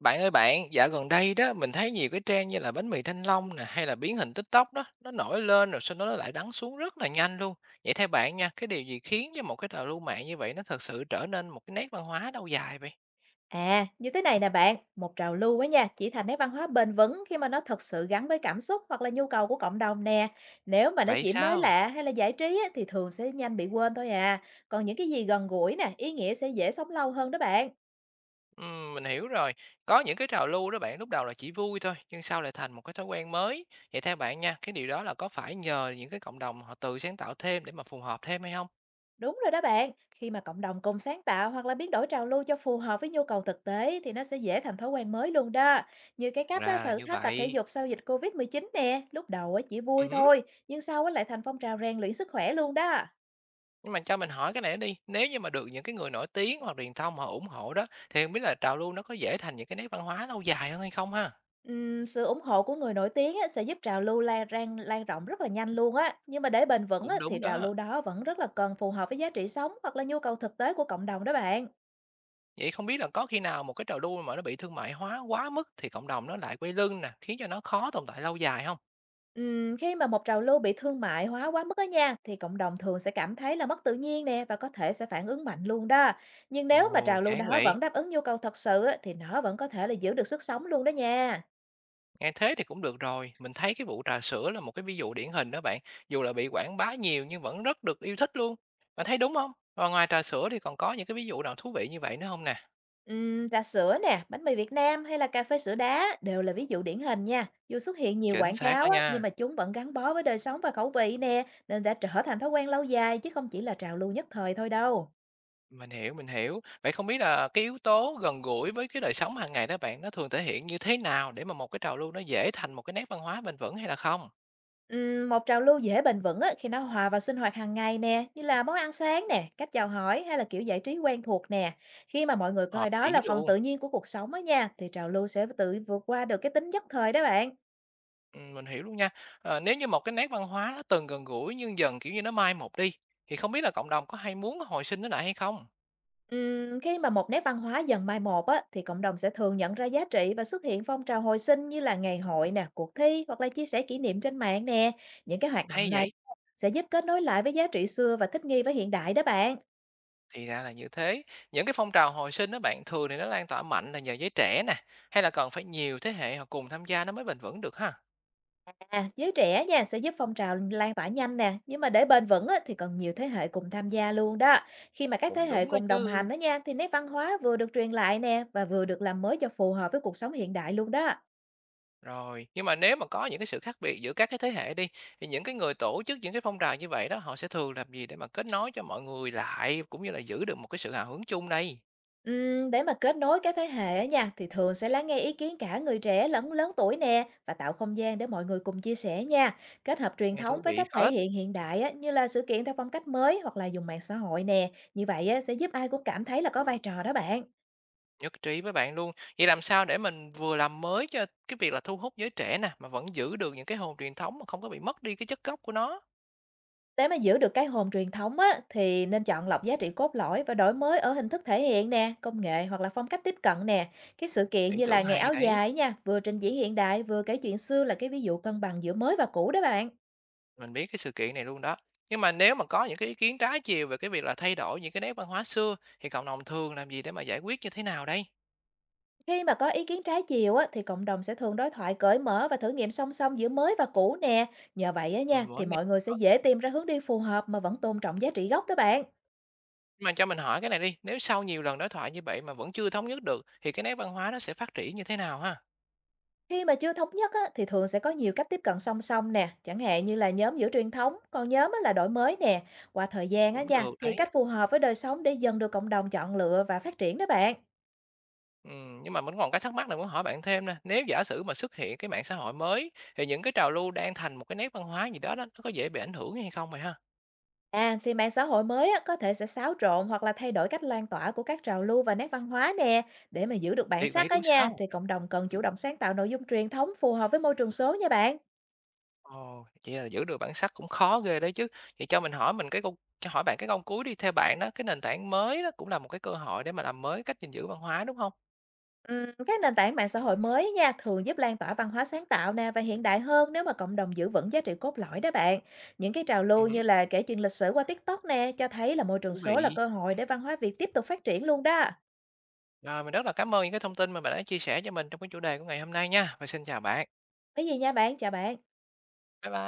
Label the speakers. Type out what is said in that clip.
Speaker 1: Bạn ơi bạn, dạo gần đây đó mình thấy nhiều cái trend như là bánh mì Thanh Long nè, hay là biến hình TikTok đó, nó nổi lên rồi sau đó nó lại đắng xuống rất là nhanh luôn. Vậy theo bạn nha, cái điều gì khiến cho một cái trào lưu mạng như vậy nó thật sự trở nên một cái nét văn hóa lâu dài vậy?
Speaker 2: À, như thế này nè bạn, một trào lưu á nha, chỉ thành nét văn hóa bền vững khi mà nó thật sự gắn với cảm xúc hoặc là nhu cầu của cộng đồng nè. Nếu mà nó
Speaker 1: Vậy
Speaker 2: chỉ mới
Speaker 1: sao?
Speaker 2: lạ hay là giải trí á, thì thường sẽ nhanh bị quên thôi à. Còn những cái gì gần gũi nè, ý nghĩa sẽ dễ sống lâu hơn đó bạn.
Speaker 1: Mình hiểu rồi. Có những cái trào lưu đó bạn, lúc đầu là chỉ vui thôi nhưng sau lại thành một cái thói quen mới. Vậy theo bạn nha, cái điều đó là có phải nhờ những cái cộng đồng họ tự sáng tạo thêm để mà phù hợp thêm hay không?
Speaker 2: Đúng rồi đó bạn, khi mà cộng đồng cùng sáng tạo hoặc là biến đổi trào lưu cho phù hợp với nhu cầu thực tế thì nó sẽ dễ thành thói quen mới luôn đó. Như cái cách á,
Speaker 1: Ra là
Speaker 2: thử
Speaker 1: như
Speaker 2: thách tập thể
Speaker 1: vậy.
Speaker 2: dục sau dịch COVID-19 nè, lúc đầu á, chỉ vui
Speaker 1: Ừ.
Speaker 2: thôi, nhưng sau á, lại thành phong trào rèn luyện sức khỏe luôn đó.
Speaker 1: Nhưng mà cho mình hỏi cái này đi, nếu như mà được những cái người nổi tiếng hoặc truyền thông họ ủng hộ đó, thì không biết là trào lưu nó có dễ thành những cái nét văn hóa lâu dài hơn hay không ha?
Speaker 2: Sự ủng hộ của người nổi tiếng á, sẽ giúp trào lưu lan rộng rất là nhanh luôn á. Nhưng mà để bền vững á,
Speaker 1: Cũng
Speaker 2: thì
Speaker 1: đúng
Speaker 2: trào
Speaker 1: đó.
Speaker 2: lưu đó vẫn rất là cần phù hợp với giá trị sống hoặc là nhu cầu thực tế của cộng đồng đó bạn.
Speaker 1: Vậy không biết là có khi nào một cái trào lưu mà nó bị thương mại hóa quá mức thì cộng đồng nó lại quay lưng nè, khiến cho nó khó tồn tại lâu dài không?
Speaker 2: Khi mà một trào lưu bị thương mại hóa quá mức á nha, thì cộng đồng thường sẽ cảm thấy là mất tự nhiên nè và có thể sẽ phản ứng mạnh luôn đó. Nhưng nếu mà
Speaker 1: Ồ,
Speaker 2: trào lưu
Speaker 1: chán
Speaker 2: đó
Speaker 1: vậy!
Speaker 2: vẫn đáp ứng nhu cầu thật sự á, thì nó vẫn có thể là giữ được sức sống luôn đó nha.
Speaker 1: Nghe thế thì cũng được rồi, mình thấy cái vụ trà sữa là một cái ví dụ điển hình đó bạn, dù là bị quảng bá nhiều nhưng vẫn rất được yêu thích luôn. Bạn thấy đúng không? Và ngoài trà sữa thì còn có những cái ví dụ nào thú vị như vậy nữa không nè?
Speaker 2: Trà sữa nè, bánh mì Việt Nam hay là cà phê sữa đá đều là ví dụ điển hình nha. Dù xuất hiện nhiều
Speaker 1: Chính
Speaker 2: quảng
Speaker 1: xác đó
Speaker 2: cáo á, nhưng
Speaker 1: nha.
Speaker 2: mà chúng vẫn gắn bó với đời sống và khẩu vị nè, nên đã trở thành thói quen lâu dài chứ không chỉ là trào lưu nhất thời thôi đâu.
Speaker 1: Mình hiểu, mình hiểu. Vậy không biết là cái yếu tố gần gũi với cái đời sống hàng ngày đó bạn, nó thường thể hiện như thế nào để mà một cái trào lưu nó dễ thành một cái nét văn hóa bền vững hay là không?
Speaker 2: Một trào lưu dễ bền vững á, khi nó hòa vào sinh hoạt hàng ngày nè, như là món ăn sáng nè, cách chào hỏi hay là kiểu giải trí quen thuộc nè. Khi mà mọi người coi
Speaker 1: Hợp
Speaker 2: đó
Speaker 1: lý
Speaker 2: là phần
Speaker 1: luôn.
Speaker 2: tự nhiên của cuộc sống á nha, thì trào lưu sẽ tự vượt qua được cái tính nhất thời đó bạn.
Speaker 1: Mình hiểu luôn nha. Ờ, nếu như một cái nét văn hóa nó từng gần gũi nhưng dần kiểu như nó mai một đi, thì không biết là cộng đồng có hay muốn hồi sinh nó lại hay không?
Speaker 2: Khi mà một nét văn hóa dần mai một á, thì cộng đồng sẽ thường nhận ra giá trị và xuất hiện phong trào hồi sinh như là ngày hội nè, cuộc thi hoặc là chia sẻ kỷ niệm trên mạng nè. Những cái hoạt
Speaker 1: Hay
Speaker 2: động này
Speaker 1: vậy?
Speaker 2: sẽ giúp kết nối lại với giá trị xưa và thích nghi với hiện đại đó bạn.
Speaker 1: Thì ra là như thế. Những cái phong trào hồi sinh đó bạn, thường thì nó lan tỏa mạnh là nhờ giới trẻ nè, hay là cần phải nhiều thế hệ họ cùng tham gia nó mới bền vững được ha?
Speaker 2: À, giới trẻ nha sẽ giúp phong trào lan tỏa nhanh nè, nhưng mà để bền vững á, thì cần nhiều thế hệ cùng tham gia luôn đó. Khi mà các thế
Speaker 1: Cũng
Speaker 2: hệ
Speaker 1: đúng đó
Speaker 2: cùng đồng hành
Speaker 1: chứ.
Speaker 2: đó nha, thì nét văn hóa vừa được truyền lại nè và vừa được làm mới cho phù hợp với cuộc sống hiện đại luôn đó.
Speaker 1: Rồi, nhưng mà nếu mà có những cái sự khác biệt giữa các cái thế hệ đi, thì những cái người tổ chức những cái phong trào như vậy đó, họ sẽ thường làm gì để mà kết nối cho mọi người lại, cũng như là giữ được một cái sự hào hứng chung đây?
Speaker 2: Để mà kết nối các thế hệ á nha thì thường sẽ lắng nghe ý kiến cả người trẻ lẫn lớn tuổi nè và tạo không gian để mọi người cùng chia sẻ nha. Kết hợp truyền
Speaker 1: Nghe
Speaker 2: thống
Speaker 1: thú
Speaker 2: với
Speaker 1: vị
Speaker 2: cách thể
Speaker 1: phết,
Speaker 2: hiện hiện đại á, như là sự kiện theo phong cách mới hoặc là dùng mạng xã hội nè. Như vậy á, sẽ giúp ai cũng cảm thấy là có vai trò đó bạn.
Speaker 1: nhất trí với bạn luôn. Vậy làm sao để mình vừa làm mới cho cái việc là thu hút giới trẻ nè, mà vẫn giữ được những cái hồn truyền thống mà không có bị mất đi cái chất gốc của nó?
Speaker 2: Để mà giữ được cái hồn truyền thống á, thì nên chọn lọc giá trị cốt lõi và đổi mới ở hình thức thể hiện nè, công nghệ hoặc là phong cách tiếp cận nè. Cái sự kiện
Speaker 1: Ý
Speaker 2: như là
Speaker 1: tưởng
Speaker 2: ngày
Speaker 1: hay
Speaker 2: áo
Speaker 1: đấy,
Speaker 2: dài nha, vừa trình diễn hiện đại vừa kể chuyện xưa là cái ví dụ cân bằng giữa mới và cũ đó bạn.
Speaker 1: mình biết cái sự kiện này luôn đó. Nhưng mà nếu mà có những cái ý kiến trái chiều về cái việc là thay đổi những cái nét văn hóa xưa, thì cộng đồng thường làm gì để mà giải quyết như thế nào đây?
Speaker 2: Khi mà có ý kiến trái chiều á, thì cộng đồng sẽ thường đối thoại cởi mở và thử nghiệm song song giữa mới và cũ nè. Nhờ vậy á
Speaker 1: Mình
Speaker 2: nha,
Speaker 1: mới
Speaker 2: thì
Speaker 1: nghe.
Speaker 2: mọi người sẽ dễ tìm ra hướng đi phù hợp mà vẫn tôn trọng giá trị gốc đó bạn.
Speaker 1: Mà cho mình hỏi cái này đi, nếu sau nhiều lần đối thoại như vậy mà vẫn chưa thống nhất được thì cái nét văn hóa nó sẽ phát triển như thế nào ha?
Speaker 2: Khi mà chưa thống nhất á, thì thường sẽ có nhiều cách tiếp cận song song nè, chẳng hạn như là nhóm giữ truyền thống, còn nhóm á là đổi mới nè. Qua thời gian á
Speaker 1: Cũng
Speaker 2: nha,
Speaker 1: được
Speaker 2: thì
Speaker 1: đấy.
Speaker 2: cách phù hợp với đời sống để dần được cộng đồng chọn lựa và phát triển đó bạn.
Speaker 1: Nhưng mà mình còn cái thắc mắc này muốn hỏi bạn thêm nè, nếu giả sử mà xuất hiện cái mạng xã hội mới thì những cái trào lưu đang thành một cái nét văn hóa gì đó đó, nó có dễ bị ảnh hưởng hay không vậy ha?
Speaker 2: À, thì mạng xã hội mới á, có thể sẽ xáo trộn hoặc là thay đổi cách lan tỏa của các trào lưu và nét văn hóa nè. Để mà giữ được bản
Speaker 1: Thiệt
Speaker 2: sắc
Speaker 1: vậy
Speaker 2: á
Speaker 1: luôn
Speaker 2: nha,
Speaker 1: sao?
Speaker 2: thì cộng đồng cần chủ động sáng tạo nội dung truyền thống phù hợp với môi trường số nha bạn.
Speaker 1: Ồ, vậy là giữ được bản sắc cũng khó ghê đấy chứ. Vậy cho mình hỏi mình cái câu cho hỏi bạn cái câu cuối đi, theo bạn đó, cái nền tảng mới đó cũng là một cái cơ hội để mà làm mới cách gìn giữ văn hóa đúng không?
Speaker 2: Các nền tảng mạng xã hội mới nha, thường giúp lan tỏa văn hóa sáng tạo nè và hiện đại hơn nếu mà cộng đồng giữ vững giá trị cốt lõi đó bạn. Những cái trào
Speaker 1: Ừ,
Speaker 2: lưu
Speaker 1: hử,
Speaker 2: như là kể chuyện lịch sử qua TikTok nè, cho thấy là môi trường
Speaker 1: thú
Speaker 2: số là
Speaker 1: vị.
Speaker 2: cơ hội để văn hóa Việt tiếp tục phát triển luôn đó.
Speaker 1: Rồi, mình rất là cảm ơn những cái thông tin mà bạn đã chia sẻ cho mình trong cái chủ đề của ngày hôm nay nha. Và xin chào bạn.
Speaker 2: Cái gì nha bạn, chào bạn.
Speaker 1: Bye bye.